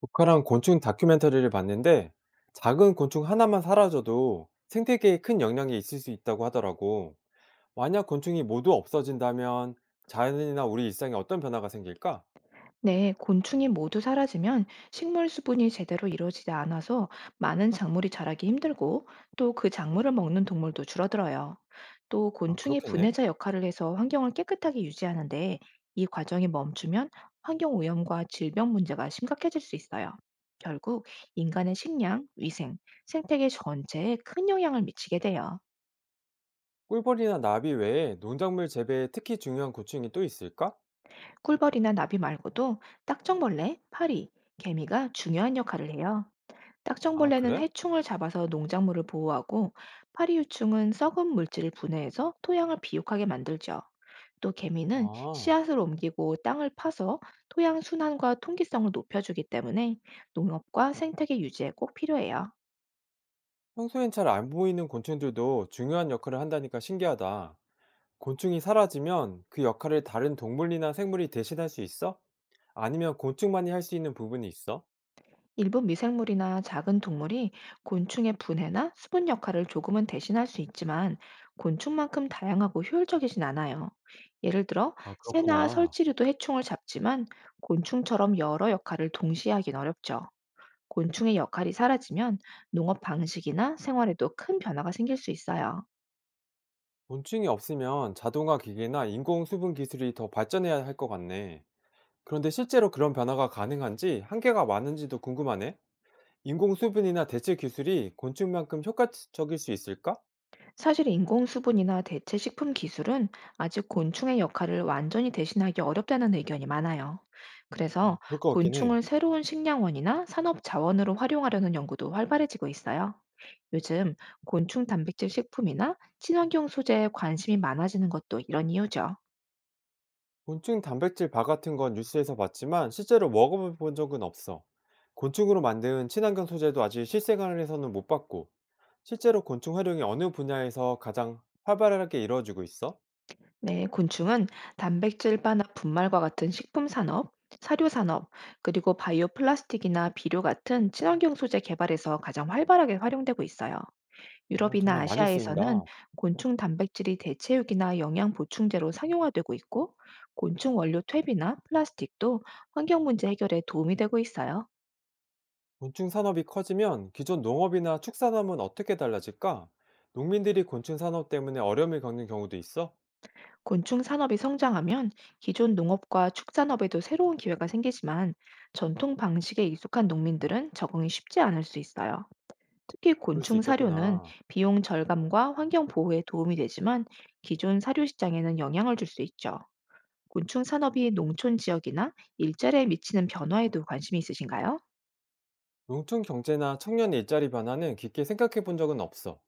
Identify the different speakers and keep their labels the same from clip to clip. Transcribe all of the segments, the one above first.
Speaker 1: 북한한 곤충 다큐멘터리를 봤는데 작은 곤충 하나만 사라져도 생태계에 큰 영향이 있을 수 있다고 하더라고. 만약 곤충이 모두 없어진다면 자연이나 우리 일상에 어떤 변화가 생길까?
Speaker 2: 네, 곤충이 모두 사라지면 식물 수분이 제대로 이루어지지 않아서 많은 작물이 자라기 힘들고 또 그 작물을 먹는 동물도 줄어들어요. 또
Speaker 1: 아,
Speaker 2: 곤충이
Speaker 1: 그렇겠네.
Speaker 2: 분해자 역할을 해서 환경을 깨끗하게 유지하는데 이 과정이 멈추면 환경 오염과 질병 문제가 심각해질 수 있어요. 결국 인간의 식량, 위생, 생태계 전체에 큰 영향을 미치게 돼요.
Speaker 1: 꿀벌이나 나비 외에 농작물 재배에 특히 중요한 곤충이 또 있을까?
Speaker 2: 꿀벌이나 나비 말고도 딱정벌레, 파리, 개미가 중요한 역할을 해요.
Speaker 1: 아,
Speaker 2: 딱정벌레는
Speaker 1: 그래?
Speaker 2: 해충을 잡아서 농작물을 보호하고 파리유충은 썩은 물질을 분해해서 토양을 비옥하게 만들죠. 또 개미는
Speaker 1: 아,
Speaker 2: 씨앗을 옮기고 땅을 파서 토양 순환과 통기성을 높여주기 때문에 농업과 생태계 유지에 꼭 필요해요.
Speaker 1: 평소엔 잘 안 보이는 곤충들도 중요한 역할을 한다니까 신기하다. 곤충이 사라지면 그 역할을 다른 동물이나 생물이 대신할 수 있어? 아니면 곤충만이 할 수 있는 부분이 있어?
Speaker 2: 일부 미생물이나 작은 동물이 곤충의 분해나 수분 역할을 조금은 대신할 수 있지만 곤충만큼 다양하고 효율적이진 않아요. 예를 들어
Speaker 1: 아
Speaker 2: 새나
Speaker 1: 그렇구나.
Speaker 2: 설치류도 해충을 잡지만 곤충처럼 여러 역할을 동시에 하긴 어렵죠. 곤충의 역할이 사라지면 농업 방식이나 생활에도 큰 변화가 생길 수 있어요.
Speaker 1: 곤증이 없으면 자동화 기계나 인공 수분 기술이 더 발전해야 할 것 같네. 그런데 실제로 그런 변화가 가능한지 한계가 많은지도 궁금하네. 인공 수분이나 대체 기술이 곤충만큼 효과적일 수 있을까?
Speaker 2: 사실 인공수분이나 대체 식품 기술은 아직 곤충의 역할을 완전히 대신하기 어렵다는 의견이 많아요. 그래서
Speaker 1: 그럴 것 같긴
Speaker 2: 곤충을
Speaker 1: 해.
Speaker 2: 새로운 식량원이나 산업 자원으로 활용하려는 연구도 활발해지고 있어요. 요즘 곤충 단백질 식품이나 친환경 소재에 관심이 많아지는 것도 이런 이유죠.
Speaker 1: 곤충 단백질 바 같은 건 뉴스에서 봤지만 실제로 먹어본 적은 없어. 곤충으로 만든 친환경 소재도 아직 실생활에서는 못 봤고, 실제로 곤충 활용이 어느 분야에서 가장 활발하게 이루어지고 있어?
Speaker 2: 네, 곤충은 단백질 바나 분말과 같은 식품 산업, 사료 산업, 그리고 바이오 플라스틱이나 비료 같은 친환경 소재 개발에서 가장 활발하게 활용되고 있어요.
Speaker 1: 어,
Speaker 2: 유럽이나
Speaker 1: 정말 많이
Speaker 2: 아시아에서는
Speaker 1: 쓰인다.
Speaker 2: 곤충 단백질이 대체육이나 영양 보충제로 상용화되고 있고, 곤충 원료 퇴비나 플라스틱도 환경 문제 해결에 도움이 되고 있어요.
Speaker 1: 곤충 산업이 커지면 기존 농업이나 축산업은 어떻게 달라질까? 농민들이 곤충 산업 때문에 어려움을 겪는 경우도 있어?
Speaker 2: 곤충 산업이 성장하면 기존 농업과 축산업에도 새로운 기회가 생기지만 전통 방식에 익숙한 농민들은 적응이 쉽지 않을 수 있어요. 특히
Speaker 1: 그럴 수
Speaker 2: 곤충 사료는
Speaker 1: 있겠구나.
Speaker 2: 비용 절감과 환경 보호에 도움이 되지만 기존 사료 시장에는 영향을 줄 수 있죠. 곤충 산업이 농촌 지역이나 일자리에 미치는 변화에도 관심이 있으신가요?
Speaker 1: 농촌 경제나 청년 일자리 변화는 깊게 생각해 본 적은 없어.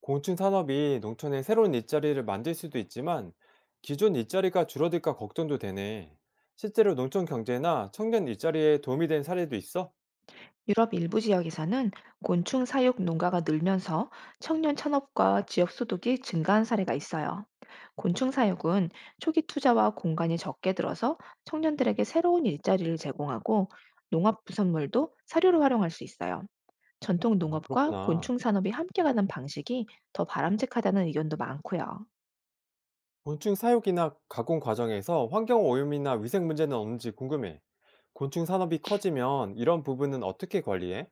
Speaker 1: 곤충 산업이 농촌에 새로운 일자리를 만들 수도 있지만 기존 일자리가 줄어들까 걱정도 되네. 실제로 농촌 경제나 청년 일자리에 도움이 된 사례도 있어?
Speaker 2: 유럽 일부 지역에서는 곤충 사육 농가가 늘면서 청년 산업과 지역 소득이 증가한 사례가 있어요. 곤충 사육은 초기 투자와 공간이 적게 들어서 청년들에게 새로운 일자리를 제공하고 농업 부산물도 사료로 활용할 수 있어요. 전통
Speaker 1: 아,
Speaker 2: 농업과
Speaker 1: 그렇구나.
Speaker 2: 곤충 산업이 함께 가는 방식이 더 바람직하다는 의견도 많고요.
Speaker 1: 곤충 사육이나 가공 과정에서 환경 오염이나 위생 문제는 없는지 궁금해. 곤충 산업이 커지면 이런 부분은 어떻게 관리해?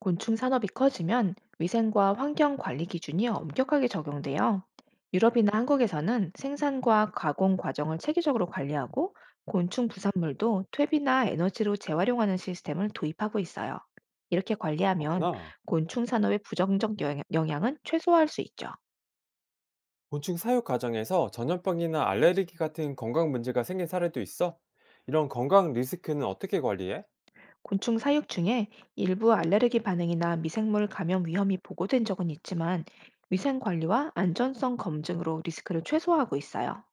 Speaker 2: 곤충 산업이 커지면 위생과 환경 관리 기준이 엄격하게 적용돼요. 유럽이나 한국에서는 생산과 가공 과정을 체계적으로 관리하고 곤충 부산물도 퇴비나 에너지로 재활용하는 시스템을 도입하고 있어요. 이렇게 관리하면
Speaker 1: 그렇구나.
Speaker 2: 곤충 산업의 영향은 최소화할 수 있죠.
Speaker 1: 곤충 사육 과정에서 전염병이나 알레르기 같은 건강 문제가 생긴 사례도 있어? 이런 건강 리스크는 어떻게 관리해?
Speaker 2: 곤충 사육 중에 일부 알레르기 반응이나 미생물 감염 위험이 보고된 적은 있지만 위생 관리와 안전성 검증으로 리스크를 최소화하고 있어요.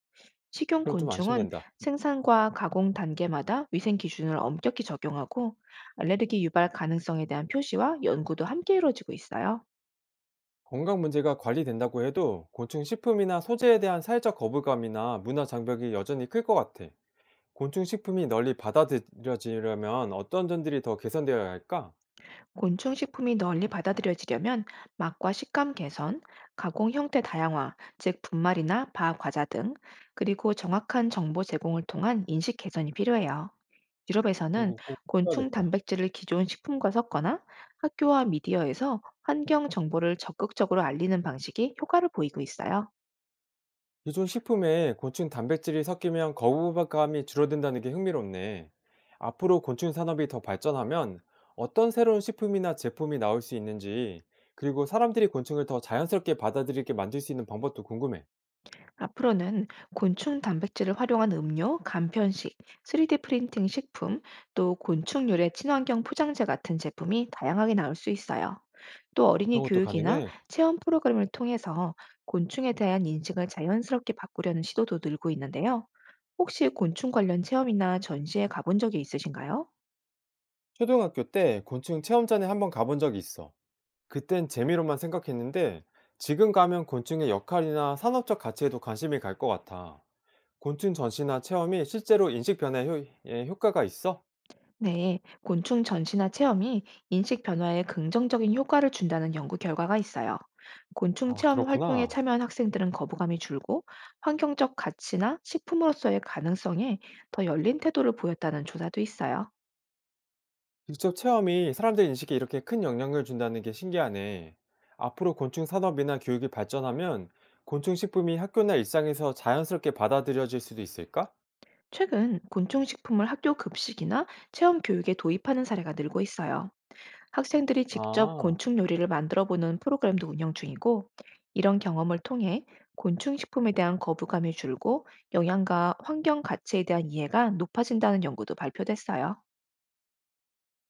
Speaker 1: 그럼 좀
Speaker 2: 식용곤충은
Speaker 1: 안심된다.
Speaker 2: 생산과 가공 단계마다 위생 기준을 엄격히 적용하고 알레르기 유발 가능성에 대한 표시와 연구도 함께 이루어지고 있어요.
Speaker 1: 건강 문제가 관리된다고 해도 곤충 식품이나 소재에 대한 사회적 거부감이나 문화 장벽이 여전히 클 것 같아. 곤충 식품이 널리 받아들여지려면 어떤 점들이 더 개선되어야 할까?
Speaker 2: 곤충 식품이 널리 받아들여지려면 맛과 식감 개선, 가공 형태 다양화, 즉 분말이나 바 과자 등, 그리고 정확한 정보 제공을 통한 인식 개선이 필요해요.
Speaker 1: 그런
Speaker 2: 유럽에서는
Speaker 1: 거 꼭
Speaker 2: 곤충
Speaker 1: 필요하겠다.
Speaker 2: 단백질을 기존 식품과 섞거나 학교와 미디어에서 환경 정보를 적극적으로 알리는 방식이 효과를 보이고 있어요.
Speaker 1: 기존 식품에 곤충 단백질이 섞이면 거부감이 줄어든다는 게 흥미롭네. 앞으로 곤충 산업이 더 발전하면 어떤 새로운 식품이나 제품이 나올 수 있는지, 그리고 사람들이 곤충을 더 자연스럽게 받아들이게 만들 수 있는 방법도 궁금해.
Speaker 2: 앞으로는 곤충 단백질을 활용한 음료, 간편식, 3D 프린팅 식품, 또 곤충 유래 친환경 포장재 같은 제품이 다양하게 나올 수 있어요. 또 어린이
Speaker 1: 그런 것도
Speaker 2: 교육이나
Speaker 1: 가능해.
Speaker 2: 체험 프로그램을 통해서 곤충에 대한 인식을 자연스럽게 바꾸려는 시도도 늘고 있는데요. 혹시 곤충 관련 체험이나 전시에 가본 적이 있으신가요?
Speaker 1: 초등학교 때 곤충 체험전에 한번 가본 적이 있어. 그땐 재미로만 생각했는데 지금 가면 곤충의 역할이나 산업적 가치에도 관심이 갈 것 같아. 곤충 전시나 체험이 실제로 인식 변화에 효- 에 효과가 있어?
Speaker 2: 네, 곤충 전시나 체험이 인식 변화에 긍정적인 효과를 준다는 연구 결과가 있어요. 곤충
Speaker 1: 아,
Speaker 2: 체험 활동에
Speaker 1: 그렇구나.
Speaker 2: 참여한 학생들은 거부감이 줄고 환경적 가치나 식품으로서의 가능성에 더 열린 태도를 보였다는 조사도 있어요.
Speaker 1: 직접 체험이 사람들 인식에 이렇게 큰 영향을 준다는 게 신기하네. 앞으로 곤충 산업이나 교육이 발전하면 곤충 식품이 학교나 일상에서 자연스럽게 받아들여질 수도 있을까?
Speaker 2: 최근 곤충 식품을 학교 급식이나 체험 교육에 도입하는 사례가 늘고 있어요. 학생들이 직접
Speaker 1: 아,
Speaker 2: 곤충 요리를 만들어 보는 프로그램도 운영 중이고, 이런 경험을 통해 곤충 식품에 대한 거부감이 줄고 영양과 환경 가치에 대한 이해가 높아진다는 연구도 발표됐어요.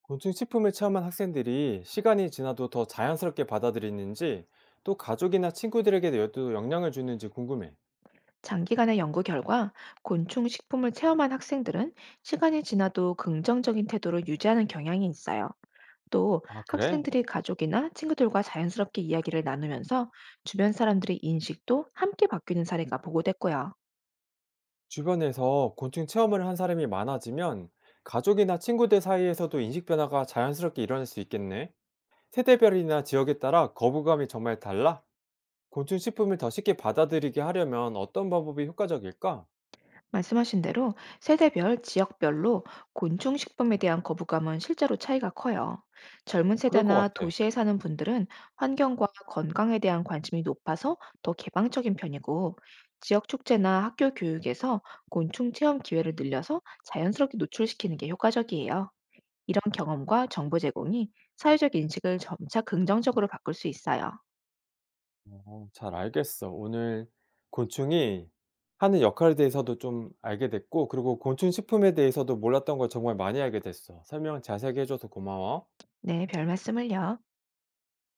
Speaker 1: 곤충 식품을 체험한 학생들이 시간이 지나도 더 자연스럽게 받아들이는지 또 가족이나 친구들에게도 영향을 주는지 궁금해.
Speaker 2: 장기간의 연구 결과 곤충 식품을 체험한 학생들은 시간이 지나도 긍정적인 태도를 유지하는 경향이 있어요. 또
Speaker 1: 아, 그래?
Speaker 2: 학생들이 가족이나 친구들과 자연스럽게 이야기를 나누면서 주변 사람들의 인식도 함께 바뀌는 사례가 보고됐고요.
Speaker 1: 주변에서 곤충 체험을 한 사람이 많아지면 가족이나 친구들 사이에서도 인식 변화가 자연스럽게 일어날 수 있겠네. 세대별이나 지역에 따라 거부감이 정말 달라? 곤충 식품을 더 쉽게 받아들이게 하려면 어떤 방법이 효과적일까?
Speaker 2: 말씀하신 대로 세대별, 지역별로 곤충식품에 대한 거부감은 실제로 차이가 커요. 젊은
Speaker 1: 어, 그럴 것
Speaker 2: 세대나
Speaker 1: 같아.
Speaker 2: 도시에 사는 분들은 환경과 건강에 대한 관심이 높아서 더 개방적인 편이고, 지역 축제나 학교 교육에서 곤충 체험 기회를 늘려서 자연스럽게 노출시키는 게 효과적이에요. 이런 경험과 정보 제공이 사회적 인식을 점차 긍정적으로 바꿀 수 있어요.
Speaker 1: 어, 잘 알겠어. 오늘 곤충이 하는 역할에 대해서도 좀 알게 됐고, 그리고 곤충 식품에 대해서도 몰랐던 걸 정말 많이 알게 됐어. 설명 자세하게 해줘서 고마워.
Speaker 2: 네, 별 말씀을요.